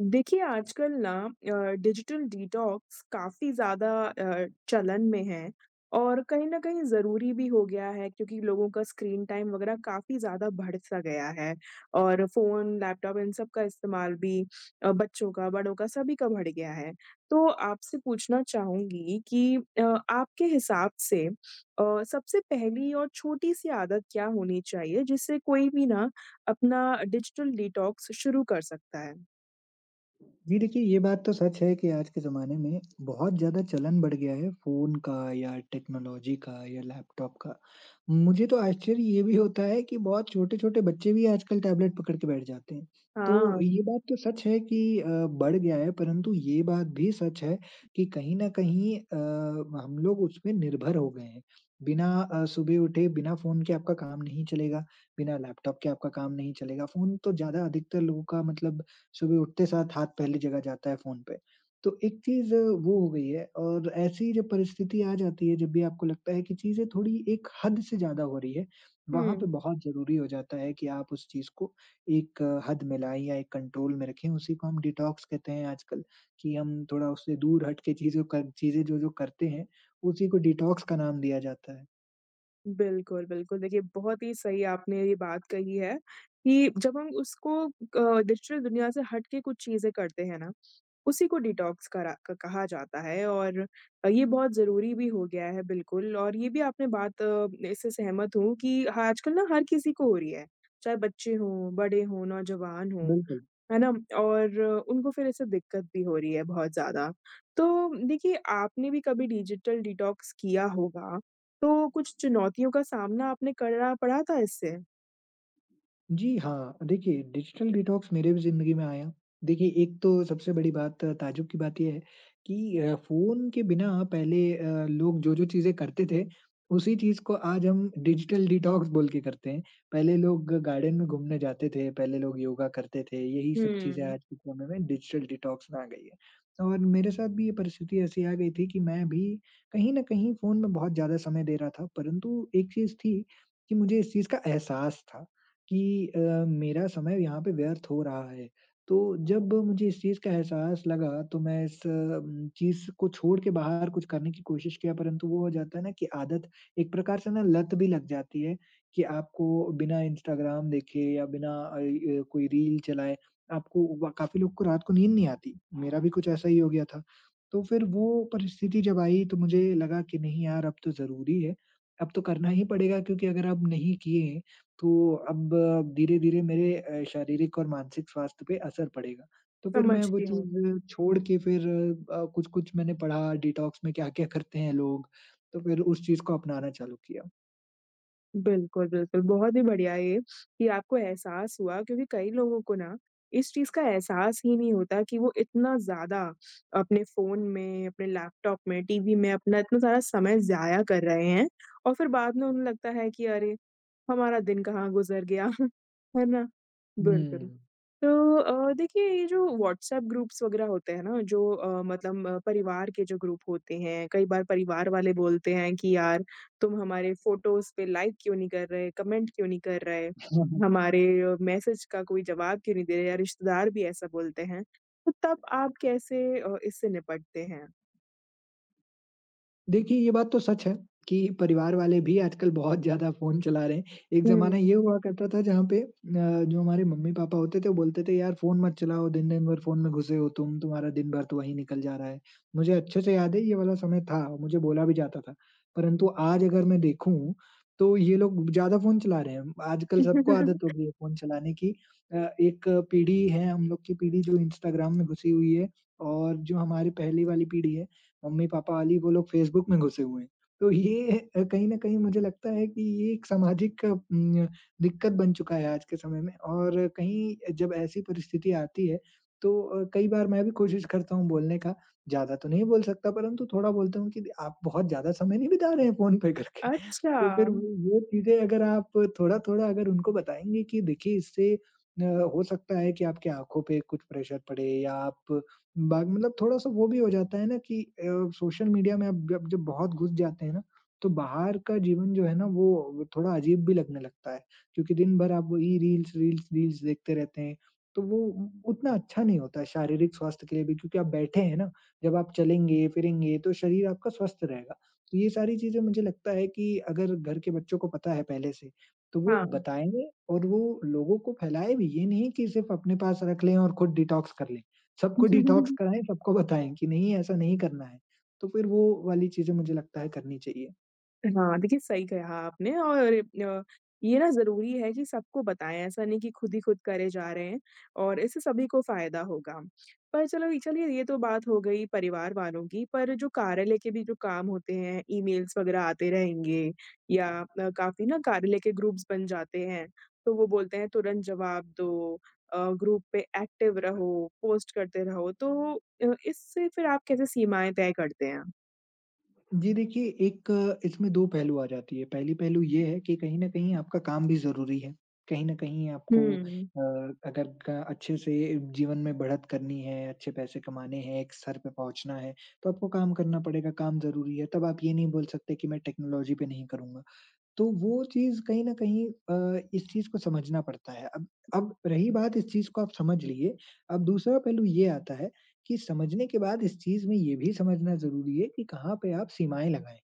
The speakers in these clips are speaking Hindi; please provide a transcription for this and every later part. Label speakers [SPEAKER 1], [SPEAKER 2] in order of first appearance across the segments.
[SPEAKER 1] देखिए, आजकल ना अ, डिजिटल डिटॉक्स काफ़ी ज़्यादा चलन में है और कहीं न कहीं ज़रूरी भी हो गया है क्योंकि लोगों का स्क्रीन टाइम वग़ैरह काफ़ी ज़्यादा बढ़-सा गया है और फ़ोन, लैपटॉप इन सब का इस्तेमाल भी बच्चों का, बड़ों का, सभी का बढ़ गया है। तो आपसे पूछना चाहूँगी कि आपके हिसाब से सबसे पहली और छोटी-सी आदत क्या होनी चाहिए जिससे कोई भी ना अपना डिजिटल डिटॉक्स शुरू कर सकता है?
[SPEAKER 2] जी, देखिए ये बात तो सच है कि आज के ज़माने में बहुत ज़्यादा चलन बढ़ गया है फ़ोन का या टेक्नोलॉजी का या लैपटॉप का। मुझे तो आश्चर्य ये भी होता है कि बहुत छोटे-छोटे बच्चे भी आजकल टैबलेट पकड़ के बैठ जाते हैं। तो
[SPEAKER 1] हाँ,
[SPEAKER 2] ये बात तो सच है कि बढ़ गया है, परंतु ये बात भी सच है कि कहीं न कहीं हम लोग उसमें निर्भर हो गए हैं। बिना अ, सुबह उठे बिना फ़ोन के आपका काम नहीं चलेगा, बिना लैपटॉप के आपका काम नहीं चलेगा। फ़ोन तो ज़्यादा अधिकतर लोगों का मतलब सुबह उठते साथ हाथ पहली जगह जाता है फ़ोन पे। तो एक चीज़ वो हो गई है, और ऐसी जब परिस्थिति आ जाती है, जब भी आपको लगता है कि चीज़ें थोड़ी एक हद से ज़्यादा हो रही है, वहाँ
[SPEAKER 1] हुँ,
[SPEAKER 2] पे बहुत ज़रूरी हो जाता है कि आप उस चीज़ को एक हद में लाएँ या एक कंट्रोल में रखें। उसी को हम डिटॉक्स कहते हैं आजकल, कि हम थोड़ा उससे दूर हट के चीज़ों कर चीज़ें जो-जो करते हैं, उसी को डिटॉक्स का नाम दिया जाता है।
[SPEAKER 1] बिल्कुल, बिल्कुल। देखिए, बहुत ही सही आपने ये बात कही है कि जब हम उसको डिजिटल दुनिया से हट के कुछ चीज़ें करते हैं ना, उसी को डिटॉक्स करा क कहा जाता है और ये बहुत ज़रूरी भी हो गया है, बिल्कुल और ये भी आपने बात इससे सहमत हूँ कि आजकल ना हर किसी को हो रही है, चाहे बच्चे हों, बड़े हों, नौजवान हों।
[SPEAKER 2] बिल्कुल।
[SPEAKER 1] है ना? और उनको फिर इससे दिक्कत भी हो रही है बहुत ज़्यादा। तो देखिए, आपने भी कभी डिजिटल डिटॉक्स किया होगा, तो कुछ चुनौतियों का सामना आपने करना पड़ा था इससे?
[SPEAKER 2] जी हाँ, देखिए, डिजिटल डिटॉक्स मेरे भी ज़िंदगी में आया। देखिए, एक तो सबसे बड़ी बात, ताज्जुब की बात ये है कि फ़ोन के बिना पहले लोग जो-जो चीज़ें करते थे, उसी चीज़ को आज हम डिजिटल डिटॉक्स बोल के करते हैं। पहले लोग गार्डन में घूमने जाते थे, पहले लोग योगा करते थे, यही सब चीज़ें
[SPEAKER 1] हुँ,
[SPEAKER 2] आज के समय में डिजिटल डिटॉक्स में आ गई है। और मेरे साथ भी ये परिस्थिति ऐसी आ गई थी कि मैं भी कहीं न कहीं फ़ोन में बहुत ज़्यादा समय दे रहा था, परंतु एक चीज़ थी कि मुझे इस चीज़ का एहसास था कि मेरा समय यहाँ पे व्यर्थ हो रहा है। तो जब मुझे इस चीज़ का एहसास लगा, तो मैं इस चीज़ को छोड़ के बाहर कुछ करने की कोशिश किया, परंतु वो हो जाता है ना कि आदत एक प्रकार से ना लत भी लग जाती है, कि आपको बिना इंस्टाग्राम देखे या बिना अ, य कोई रील चलाए आपको व काफ़ी लोग को रात को नींद नहीं आती। मेरा भी कुछ ऐसा ही हो गया था। तो फिर वो परिस्थिति जब आई, तो मुझे लगा कि नहीं यार, अब तो ज़रूरी है। अब तो करना ही पड़ेगा, क्योंकि अगर अब नहीं किए, तो अब धीरे-धीरे मेरे शारीरिक और मानसिक स्वास्थ्य पे असर पड़ेगा। तो फिर मैं वो
[SPEAKER 1] समझती हूँ।
[SPEAKER 2] चीज़ छोड़ के फिर कुछ-कुछ मैंने पढ़ा डिटॉक्स में क्या-क्या करते हैं लोग, तो फिर उस चीज़ को अपनाना चालू किया।
[SPEAKER 1] बिल्कुल, बिल्कुल, बहुत ही बढ़िया ये कि आपको एहसास हुआ क्योंकि कई लोगों को ना इस चीज़ का एहसास ही नहीं होता कि वो इतना ज़्यादा अपने फ़ोन में, अपने लैपटॉप में, टीवी में अपना इतना सारा समय ज़ाया कर रहे हैं और फिर बाद में उन्हें लगता है कि अरे! हमारा दिन कहाँ गुज़र गया, है ना? बिल्कुल।
[SPEAKER 2] हुँ।
[SPEAKER 1] तो देखिए ये जो व्हाट्सएप ग्रुप्स वग़ैरह होते हैं ना जो मतलब परिवार के जो ग्रुप होते हैं, कई बार परिवार वाले बोलते हैं कि यार तुम हमारे फ़ोटोज़ पे लाइक क्यों नहीं कर रहे, कमेंट क्यों नहीं कर रहे, हमारे मैसेज का कोई जवाब क्यों नहीं दे रहे या रिश्तेदार भी ऐसा बोलते हैं। तो तब आप कैसे इससे निपटते हैं?
[SPEAKER 2] देखिए, ये बात तो सच है कि परिवार वाले भी आजकल बहुत ज़्यादा फ़ोन चला रहे हैं। एक ज़माना
[SPEAKER 1] हुँ।
[SPEAKER 2] ये हुआ करता था जहाँ पे जो हमारे मम्मी-पापा होते थे, वो बोलते थे, "यार फ़ोन मत चलाओ, दिन-दिन भर फ़ोन में घुसे हो तुम, तुम्हारा दिन भर तो वहीं निकल जा रहा है।" मुझे अच्छे से याद है, ये वाला समय था, मुझे बोला भी जाता था। परंतु आज अगर मैं देखूँ, तो ये लोग ज़्यादा फ़ोन चला रहे हैं। आजकल सबको आदत हो गई है फ़ोन चलाने की। एक पीढ़ी है हम लोग की पीढ़ी, जो इंस्टाग्राम में घुसी हुई है, और जो हमारी पहले वाली पीढ़ी है, मम्मी-पापा वाली, वो लोग फ़ेसबुक में घुसे हुए हैं। तो ये कहीं न कहीं मुझे लगता है कि ये एक सामाजिक दिक्कत बन चुका है आज के समय में, और कहीं जब ऐसी परिस्थिति आती है, तो कई बार मैं भी कोशिश करता हूँ बोलने का। ज़्यादा तो नहीं बोल सकता, परंतु थोड़ा बोलता हूँ कि आप बहुत ज़्यादा समय नहीं बिता रहे हैं फ़ोन पे करके। तो
[SPEAKER 1] अच्छा,
[SPEAKER 2] फिर वो चीज़ें अगर आप थोड़ा-थोड़ा अगर उनको बताएँगे कि देखिए, इससे हो सकता है कि आपकी आँखों पे कुछ प्रेशर पड़े, या आप बाग मतलब थोड़ा-सा वो भी हो जाता है ना कि सोशल मीडिया में अब जब जब बहुत घुस जाते हैं ना, तो बाहर का जीवन जो है ना, वो थोड़ा अजीब भी लगने लगता है, क्योंकि दिन भर आप वही रील्स, रील्स, रील्स देखते रहते हैं। तो वो उ उतना अच्छा नहीं होता है शारीरिक स्वास्थ्य के लिए भी, क्योंकि आप बैठे हैं ना, जब आप चलेंगे, फिरेंगे, तो शरीर आपका स्वस्थ रहेगा। तो ये सारी चीज़ें मुझे लगता है कि अगर घर के बच्चों को पता है पहले से, तो वो
[SPEAKER 1] हाँ।
[SPEAKER 2] बताएँगे और वो लोगों को फैलाएँ भी, ये नहीं कि सिर्फ़ अपने पास रख लें और खुद डिटॉक्स कर लें। सबको डिटॉक्स कराएँ, सबको बताएँ कि नहीं, ऐसा नहीं करना है। तो फिर वो वाली चीज़ें मुझे लगता है करनी चाहिए।
[SPEAKER 1] हाँ, देखिए सही कहा आपने और अ, ये ना ज़रूरी है कि सबको बताएँ, ऐसा नहीं कि खुद ही खुद करे जा रहे हैं और इससे सभी को फ़ायदा होगा। पर चलो ये चलिए ये तो बात हो गई परिवार वालों की, पर जो कार्यालय के भी जो काम होते हैं, ईमेल्स वग़ैरह आते रहेंगे या काफ़ी ना कार्यालय के ग्रुप्स बन जाते हैं, तो वो बोलते हैं तुरंत जवाब दो ग्रुप पे एक्टिव रहो, पोस्ट करते रहो, तो इससे फिर आप कैसे सीमाएँ तय करते हैं?
[SPEAKER 2] जी देखिए, इसमें 2 पहलू आ जाती है। पहली पहलू ये है कि कहीं न कहीं आपका काम भी ज़रूरी है। कहीं न कहीं आपको
[SPEAKER 1] हुँ।
[SPEAKER 2] अगर क अच्छे से जीवन में बढ़त करनी है, अच्छे पैसे कमाने हैं, एक स्तर पे पहुँचना है, तो आपको काम करना पड़ेगा, काम ज़रूरी है। तब आप ये नहीं बोल सकते कि मैं टेक्नोलॉजी पे नहीं करूँगा। तो वो चीज़ कहीं न कहीं इस चीज़ को समझना पड़ता है। अब रही बात, इस चीज़ को आप समझ लिए, अब दूसरा पहलू ये आता है कि समझने के बाद इस चीज़ में ये भी समझना ज़रूरी है कि कहाँ पे आप सीमाएँ लगाएँ।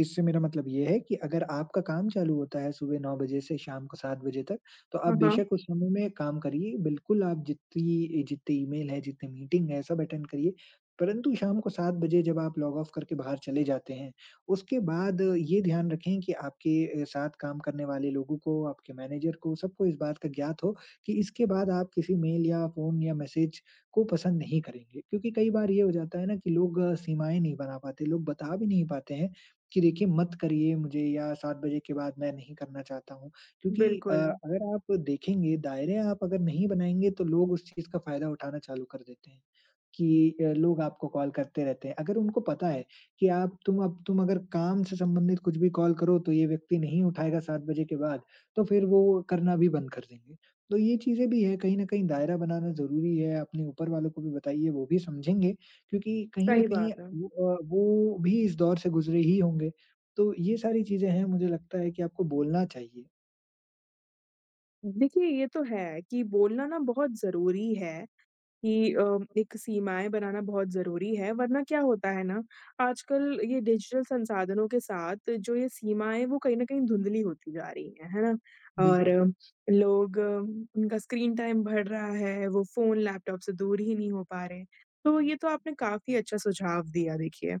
[SPEAKER 2] इससे मेरा मतलब ये है कि अगर आपका काम चालू होता है सुबह 9 बजे से शाम को 7 बजे तक, तो आप
[SPEAKER 1] हाँ, हाँ,
[SPEAKER 2] बेशक उस समय में काम करिए। बिल्कुल आप जितनी जितने ईमेल है, जितने मीटिंग है, सब अटेंड करिए। परंतु शाम को 7 बजे जब आप लॉग ऑफ करके बाहर चले जाते हैं, उसके बाद ये ध्यान रखें कि आपके साथ काम करने वाले लोगों को, आपके मैनेजर को, सबको इस बात का ज्ञात हो कि इसके बाद आप किसी मेल या फ़ोन या मैसेज को पसंद नहीं करेंगे। क्योंकि कई बार ये हो जाता है ना कि लोग सीमाएँ नहीं बना पाते, लोग बता भी नहीं पाते हैं कि देखिए, मत करिए मुझे, या 7 बजे के बाद मैं नहीं करना चाहता हूँ। क्योंकि
[SPEAKER 1] बिल्कुल।
[SPEAKER 2] अगर आप देखेंगे, दायरे आप अगर नहीं बनाएँगे, तो लोग उस चीज़ का फ़ायदा उठाना चालू कर देते हैं। कि लोग आपको कॉल करते रहते हैं। अगर उनको पता है कि आप तुम अब तुम अगर काम से संबंधित कुछ भी कॉल करो, तो ये व्यक्ति नहीं उठाएगा 7 बजे के बाद, तो फिर वो करना भी बंद कर देंगे। तो ये चीज़ें भी हैं, कहीं न कहीं दायरा बनाना ज़रूरी है, अपने ऊपर वालों को भी बताइए, वो भी समझेंगे, क्योंकि कहीं न
[SPEAKER 1] सही
[SPEAKER 2] कहीं
[SPEAKER 1] बात है।
[SPEAKER 2] वो भी इस दौर से गुज़रे ही होंगे। तो ये सारी चीज़ें हैं, मुझे लगता है कि आपको बोलना चाहिए।
[SPEAKER 1] देखिए, ये तो है कि बोलना ना बहुत ज़रूरी है कि एक सीमाएँ बनाना बहुत ज़रूरी है, वरना क्या होता है ना, आजकल ये डिजिटल संसाधनों के साथ जो ये सीमाएँ, वो कहीं न कहीं धुंधली होती जा रही हैं, है ना? और
[SPEAKER 2] बिल्कुल।
[SPEAKER 1] लोग उनका स्क्रीन टाइम बढ़ रहा है, वो फ़ोन, लैपटॉप से दूर ही नहीं हो पा रहे। तो ये तो आपने काफ़ी अच्छा सुझाव दिया देखिए।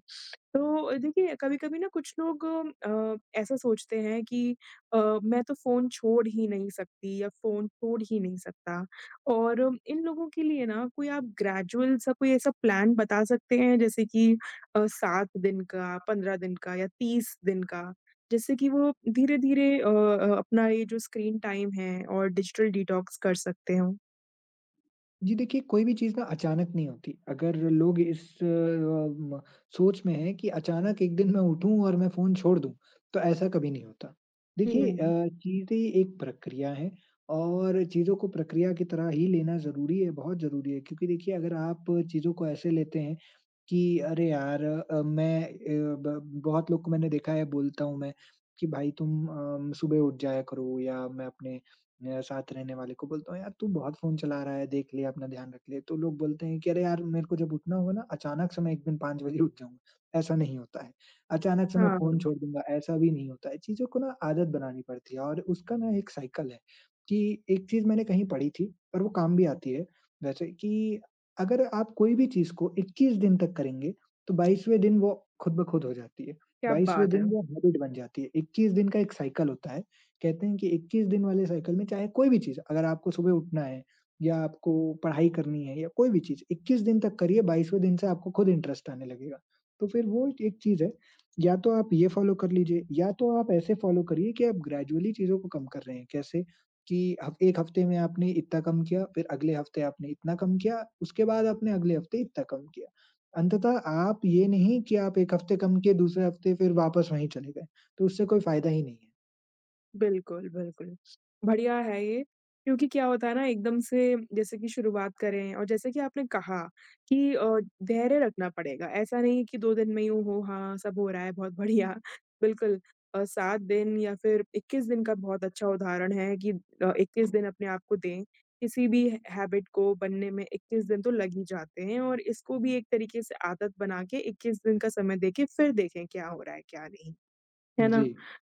[SPEAKER 1] तो देखिए, कभी-कभी ना कुछ लोग ऐसा सोचते हैं कि अ, मैं तो फ़ोन छोड़ ही नहीं सकती या फ़ोन छोड़ ही नहीं सकता और इन लोगों के लिए ना कोई आप ग्रेजुअल सा कोई ऐसा प्लान बता सकते हैं जैसे कि 7 दिन का, 15 दिन का या 30 दिन का? जिससे कि वो धीरे-धीरे अपना ये जो स्क्रीन टाइम है और डिजिटल डिटॉक्स कर सकते हों?
[SPEAKER 2] जी देखिए, कोई भी चीज़ ना अचानक नहीं होती। अगर लोग इस अ, म सोच में हैं कि अचानक एक दिन मैं उठूँ और मैं फ़ोन छोड़ दूँ, तो ऐसा कभी नहीं होता। देखिए
[SPEAKER 1] हुँ।
[SPEAKER 2] चीज़ें एक प्रक्रिया है, और चीज़ों को प्रक्रिया की तरह ही लेना ज़रूरी है, बहुत ज़रूरी है। क्योंकि देखिए, अगर आप चीज़ों को ऐसे लेते हैं कि अरे यार, मैं अ, ब बहुत लोग को मैंने देखा है, बोलता हूँ मैं कि भाई तुम सुबह उठ जाया करो, या मैं अपने मेरा साथ रहने वाले को बोलता हूँ, "यार तू बहुत फ़ोन चला रहा है, देख ले, अपना ध्यान रख ले।" तो लोग बोलते हैं कि, "अरे यार, मेरे को जब उठना होगा ना, अचानक से मैं एक दिन 5 बजे उठ जाऊँगा।" ऐसा नहीं होता है। अचानक से मैं फ़ोन
[SPEAKER 1] हाँ,
[SPEAKER 2] छोड़ दूँगा, ऐसा भी नहीं होता है। चीज़ों को ना आदत बनानी पड़ती है, और उसका ना एक साइकिल है, कि एक चीज़ मैंने कहीं पढ़ी थी और वो काम भी आती है वैसे, कि अगर आप कोई भी चीज़ को 21 दिन तक करेंगे, तो 22वें दिन वो खुद ब खुद हो जाती है।
[SPEAKER 1] क्या
[SPEAKER 2] 22वें
[SPEAKER 1] बात है!
[SPEAKER 2] दिन वो हैबिट बन जाती है। 21 दिन का एक साइकिल होता है, कहते हैं कि 21 दिन वाले साइकिल में चाहे कोई भी चीज़, अगर आपको सुबह उठना है या आपको पढ़ाई करनी है या कोई भी चीज़, 21 दिन तक करिए, 22वें दिन से आपको खुद इंटरेस्ट आने लगेगा। तो फिर वो एक चीज़ है, या तो आप ये फ़ॉलो कर लीजिए, या तो आप ऐसे फ़ॉलो करिए कि आप ग्रेजुअली चीज़ों को कम कर रहे हैं। कैसे? कि हफ 1 हफ्ते में आपने इतना कम किया, फिर अगले हफ्ते आपने इतना कम किया, उसके बाद आपने अगले हफ्ते इतना कम किया। अंततः आप ये नहीं कि आप 1 हफ्ते कम किए, दूसरे हफ्ते फिर वापस वहीं चले गए, तो उससे कोई फ़ायदा ही नहीं है।
[SPEAKER 1] बिल्कुल, बिल्कुल। बढ़िया है ये, क्योंकि क्या होता है ना एकदम से जैसे कि शुरुआत करें और जैसे कि आपने कहा कि धैर्य रखना पड़ेगा। ऐसा नहीं कि 2 दिन में यूँ हो, हाँ, सब हो रहा है, बहुत बढ़िया। बिल्कुल 7 दिन या फिर 21 दिन का बहुत अच्छा उदाहरण है कि 21 दिन अपने आप को दें। किसी भी ह हैबिट को बनने में 21 दिन तो लग ही जाते हैं और इसको भी एक तरीके से आदत बना के 21 दिन का समय देके फिर देखें क्या हो रहा है, क्या नहीं। है ना?
[SPEAKER 2] जी।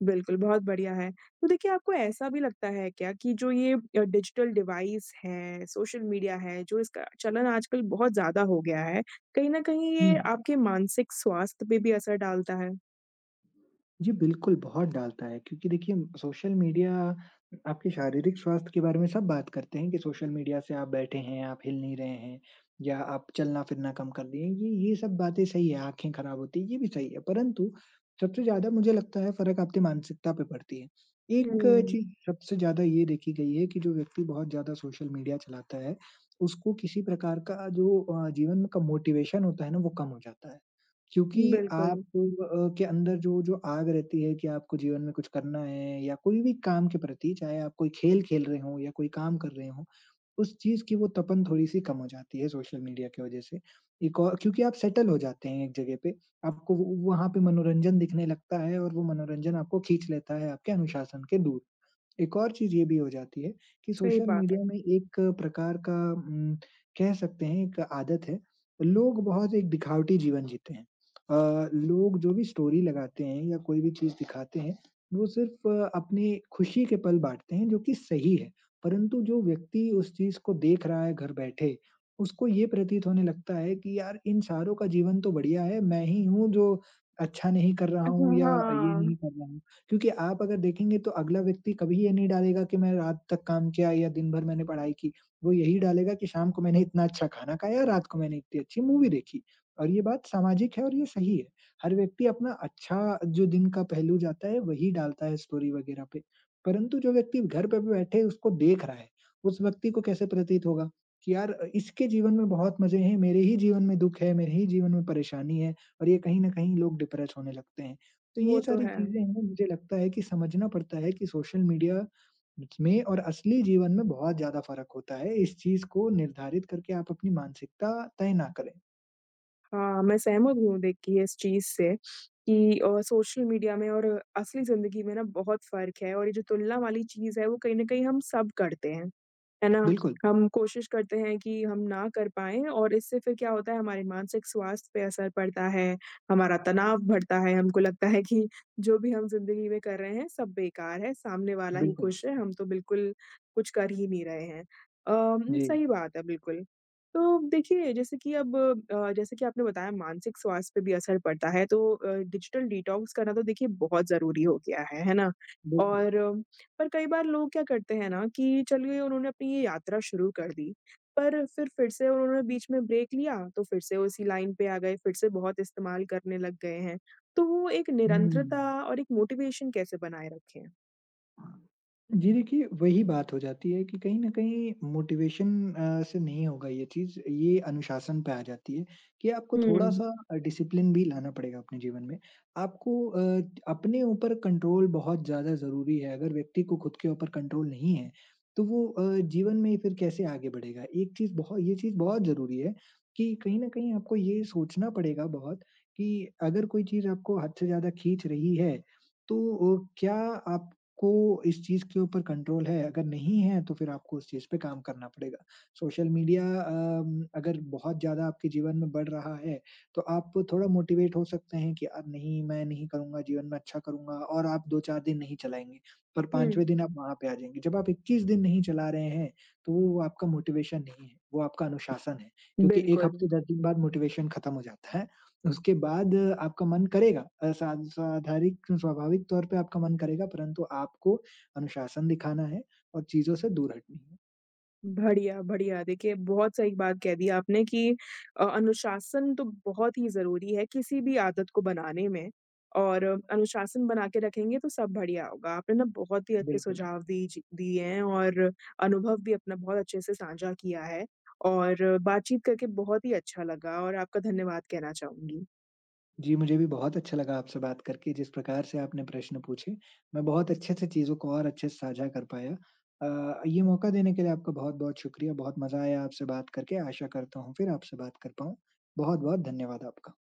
[SPEAKER 1] बिल्कुल, बहुत बढ़िया है। तो देखिए, आपको ऐसा भी लगता है क्या कि जो ये डिजिटल डिवाइस है, सोशल मीडिया है, जो इसका चलन आजकल बहुत ज़्यादा हो गया है, कहीं न कहीं
[SPEAKER 2] हुँ।
[SPEAKER 1] ये आपके मानसिक स्वास्थ्य पे भी असर डालता है?
[SPEAKER 2] जी, बिल्कुल, बहुत डालता है क्योंकि देखिए सोशल मीडिया आपके शारीरिक स्वास्थ्य के बारे में सब बात करते हैं कि सोशल मीडिया से आप बैठे हैं, आप हिल नहीं रहे हैं या आप चलना-फिरना कम कर दिए हैं। ये सब बातें सही है, आँखें खराब होती हैं, ये भी सही है, परंतु सबसे ज़्यादा मुझे लगता है फ़र्क आपकी मानसिकता पे पड़ती है। एक
[SPEAKER 1] हुँ,
[SPEAKER 2] चीज़ सबसे ज़्यादा ये देखी गई है कि जो व्यक्ति बहुत ज़्यादा सोशल मीडिया चलाता है, उसको किसी प्रकार का जो जीवन का मोटिवेशन होता है ना, वो कम हो जाता है। क्योंकि आप
[SPEAKER 1] बिल्कुल,
[SPEAKER 2] के अंदर जो जो आग रहती है कि आपको जीवन में कुछ करना है या कोई भी काम के प्रति, चाहे आप कोई खेल खेल रहे हों या कोई काम कर रहे हों, उस चीज़ की वो तपन थोड़ी-सी कम हो जाती है सोशल मीडिया की वजह से। एक और क्योंकि आप सेटल हो जाते हैं एक जगह पे, आपको वो वहाँ पे मनोरंजन दिखने लगता है और वो मनोरंजन आपको खींच लेता है आपके अनुशासन के दूर। एक और चीज़ ये भी हो जाती है कि
[SPEAKER 1] सही
[SPEAKER 2] सोशल
[SPEAKER 1] बात
[SPEAKER 2] मीडिया
[SPEAKER 1] है।
[SPEAKER 2] में एक प्रकार का कह सकते हैं एक आदत है। लोग बहुत एक दिखावटी जीवन जीते हैं। लोग जो भी स्टोरी लगाते हैं या कोई भी चीज़ दिखाते हैं, वो सिर्फ़ अपने खुशी के पल बाँटते हैं जो कि सही है। परंतु जो व्यक्ति उस चीज़ को देख रहा है घर बैठे, उसको ये प्रतीत होने लगता है कि यार इन सारों का जीवन तो बढ़िया है, मैं ही हूँ जो अच्छा नहीं कर रहा हूँ या ये
[SPEAKER 1] हाँ,
[SPEAKER 2] नहीं कर रहा हूँ। क्योंकि आप अगर देखेंगे तो अगला व्यक्ति कभी ये नहीं डालेगा कि मैं रात तक काम किया या दिन भर मैंने पढ़ाई की। वो यही डालेगा कि शाम को मैंने इतना अच्छा खाना खाया, रात को मैंने इतनी अच्छी मूवी देखी। और ये बात सामाजिक है और ये सही है। हर व्यक्ति अपना अच्छा जो दिन का पहलू जाता है वही डालता है स्टोरी वगैरह पे। परंतु जो व्यक्ति घर पे भी बैठे उसको देख रहा है, उस व्यक्ति को कैसे प्रतीत होगा कि यार इसके जीवन में बहुत मज़े हैं, मेरे ही जीवन में दुःख है, मेरे ही जीवन में परेशानी है और ये कहीं न कहीं लोग डिप्रेस होने लगते हैं। तो
[SPEAKER 1] वो
[SPEAKER 2] ये
[SPEAKER 1] तो
[SPEAKER 2] सारी
[SPEAKER 1] है।
[SPEAKER 2] चीज़ें हैं मुझे लगता है कि समझना पड़ता है कि सोशल मीडिया में और असली जीवन में बहुत ज़्यादा फ़र्क होता है। इस चीज़ को निर्धारित करके आप अपनी मानसिकता तय ना करें।
[SPEAKER 1] हाँ, मैं सहमत हूँ देखिए इस चीज़ से कि सोशल मीडिया में और असली ज़िंदगी में ना बहुत फ़र्क है और ये जो तुलना वाली चीज़ है, वो कहीं न कहीं हम सब करते हैं। है ना?
[SPEAKER 2] बिल्कुल,
[SPEAKER 1] हम कोशिश करते हैं कि हम ना कर पाएँ और इससे फिर क्या होता है हमारे मानसिक स्वास्थ्य पे असर पड़ता है, हमारा तनाव बढ़ता है, हमको लगता है कि जो भी हम ज़िंदगी में कर रहे हैं सब बेकार है, सामने वाला ही
[SPEAKER 2] बिल्कुल।
[SPEAKER 1] खुश है, हम तो बिल्कुल कुछ कर ही नहीं रहे हैं।
[SPEAKER 2] जी,
[SPEAKER 1] सही बात है बिल्कुल। तो देखिए जैसे कि अब जैसे कि आपने बताया मानसिक स्वास्थ्य पे भी असर पड़ता है तो डिजिटल डिटॉक्स करना तो देखिए बहुत ज़रूरी हो गया है ना?
[SPEAKER 2] बिल्कुल।
[SPEAKER 1] और पर कई बार लोग क्या करते हैं ना कि चलिए उन्होंने अपनी ये यात्रा शुरू कर दी, पर फिर से उन्होंने बीच में ब्रेक लिया, तो फिर से उसी लाइन पे आ गए, फिर से बहुत इस्तेमाल करने लग गए हैं। तो वो एक
[SPEAKER 2] हुँ।
[SPEAKER 1] निरंतरता और एक मोटिवेशन कैसे बनाए रखें?
[SPEAKER 2] जी देखिए, वही बात हो जाती है कि कहीं न कहीं मोटिवेशन से नहीं होगा ये चीज़, ये अनुशासन पे आ जाती है कि आपको
[SPEAKER 1] हुँ,
[SPEAKER 2] थोड़ा-सा डिसिप्लिन भी लाना पड़ेगा अपने जीवन में। आपको अपने ऊपर कंट्रोल बहुत ज़्यादा ज़रूरी है, अगर व्यक्ति को खुद के ऊपर कंट्रोल नहीं है, तो वो जीवन में फिर कैसे आगे बढ़ेगा? एक चीज़ बहुत ये चीज़ बहुत ज़रूरी है कि कहीं न कहीं आपको ये सोचना पड़ेगा बहुत कि अगर कोई चीज़ आपको हद से ज़्यादा खींच रही है, तो क्या आप को इस चीज़ के ऊपर कंट्रोल है, अगर नहीं है तो फिर आपको उस चीज़ पे काम करना पड़ेगा। सोशल मीडिया अगर बहुत ज़्यादा आपके जीवन में बढ़ रहा है, तो आप थोड़ा मोटिवेट हो सकते हैं कि अब नहीं, मैं नहीं करूँगा, जीवन में अच्छा करूँगा और आप 2-4 दिन नहीं चलाएँगे, पर
[SPEAKER 1] हुँ।
[SPEAKER 2] 5वें दिन आप वहाँ पे आ जाएँगे। जब आप 21 दिन नहीं चला रहे हैं, तो वो आपका मोटिवेशन नहीं है, वो आपका अनुशासन है, क्योंकि 1
[SPEAKER 1] बिल्कुल।
[SPEAKER 2] हफ्ते 10 दिन बाद मोटिवेशन खत्म हो जाता है। उसके बाद आपका मन करेगा सा साधारिक स्वाभाविक तौर पे आपका मन करेगा, परंतु आपको अनुशासन दिखाना है और चीज़ों से दूर हटना है।
[SPEAKER 1] बढ़िया, बढ़िया। देखिए, बहुत सही बात कह दी आपने कि अनुशासन तो बहुत ही ज़रूरी है किसी भी आदत को बनाने में और अनुशासन बना के रखेंगे तो सब बढ़िया होगा। आपने ना बहुत ही अच्छे
[SPEAKER 2] बिल्कुल।
[SPEAKER 1] सुझाव दी जी दिए हैं और अनुभव भी अपना बहुत अच्छे से साझा किया है और बातचीत करके बहुत ही अच्छा लगा और आपका धन्यवाद कहना चाहूँगी।
[SPEAKER 2] जी, मुझे भी बहुत अच्छा लगा आपसे बात करके, जिस प्रकार से आपने प्रश्न पूछे, मैं बहुत अच्छे से चीज़ों को और अच्छे से साझा कर पाया। ये मौका देने के लिए आपका बहुत-बहुत शुक्रिया, बहुत मज़ा आया आपसे बात करके। आशा करता हूँ फिर आपसे बात कर पाऊँ। बहुत-बहुत धन्यवाद आपका।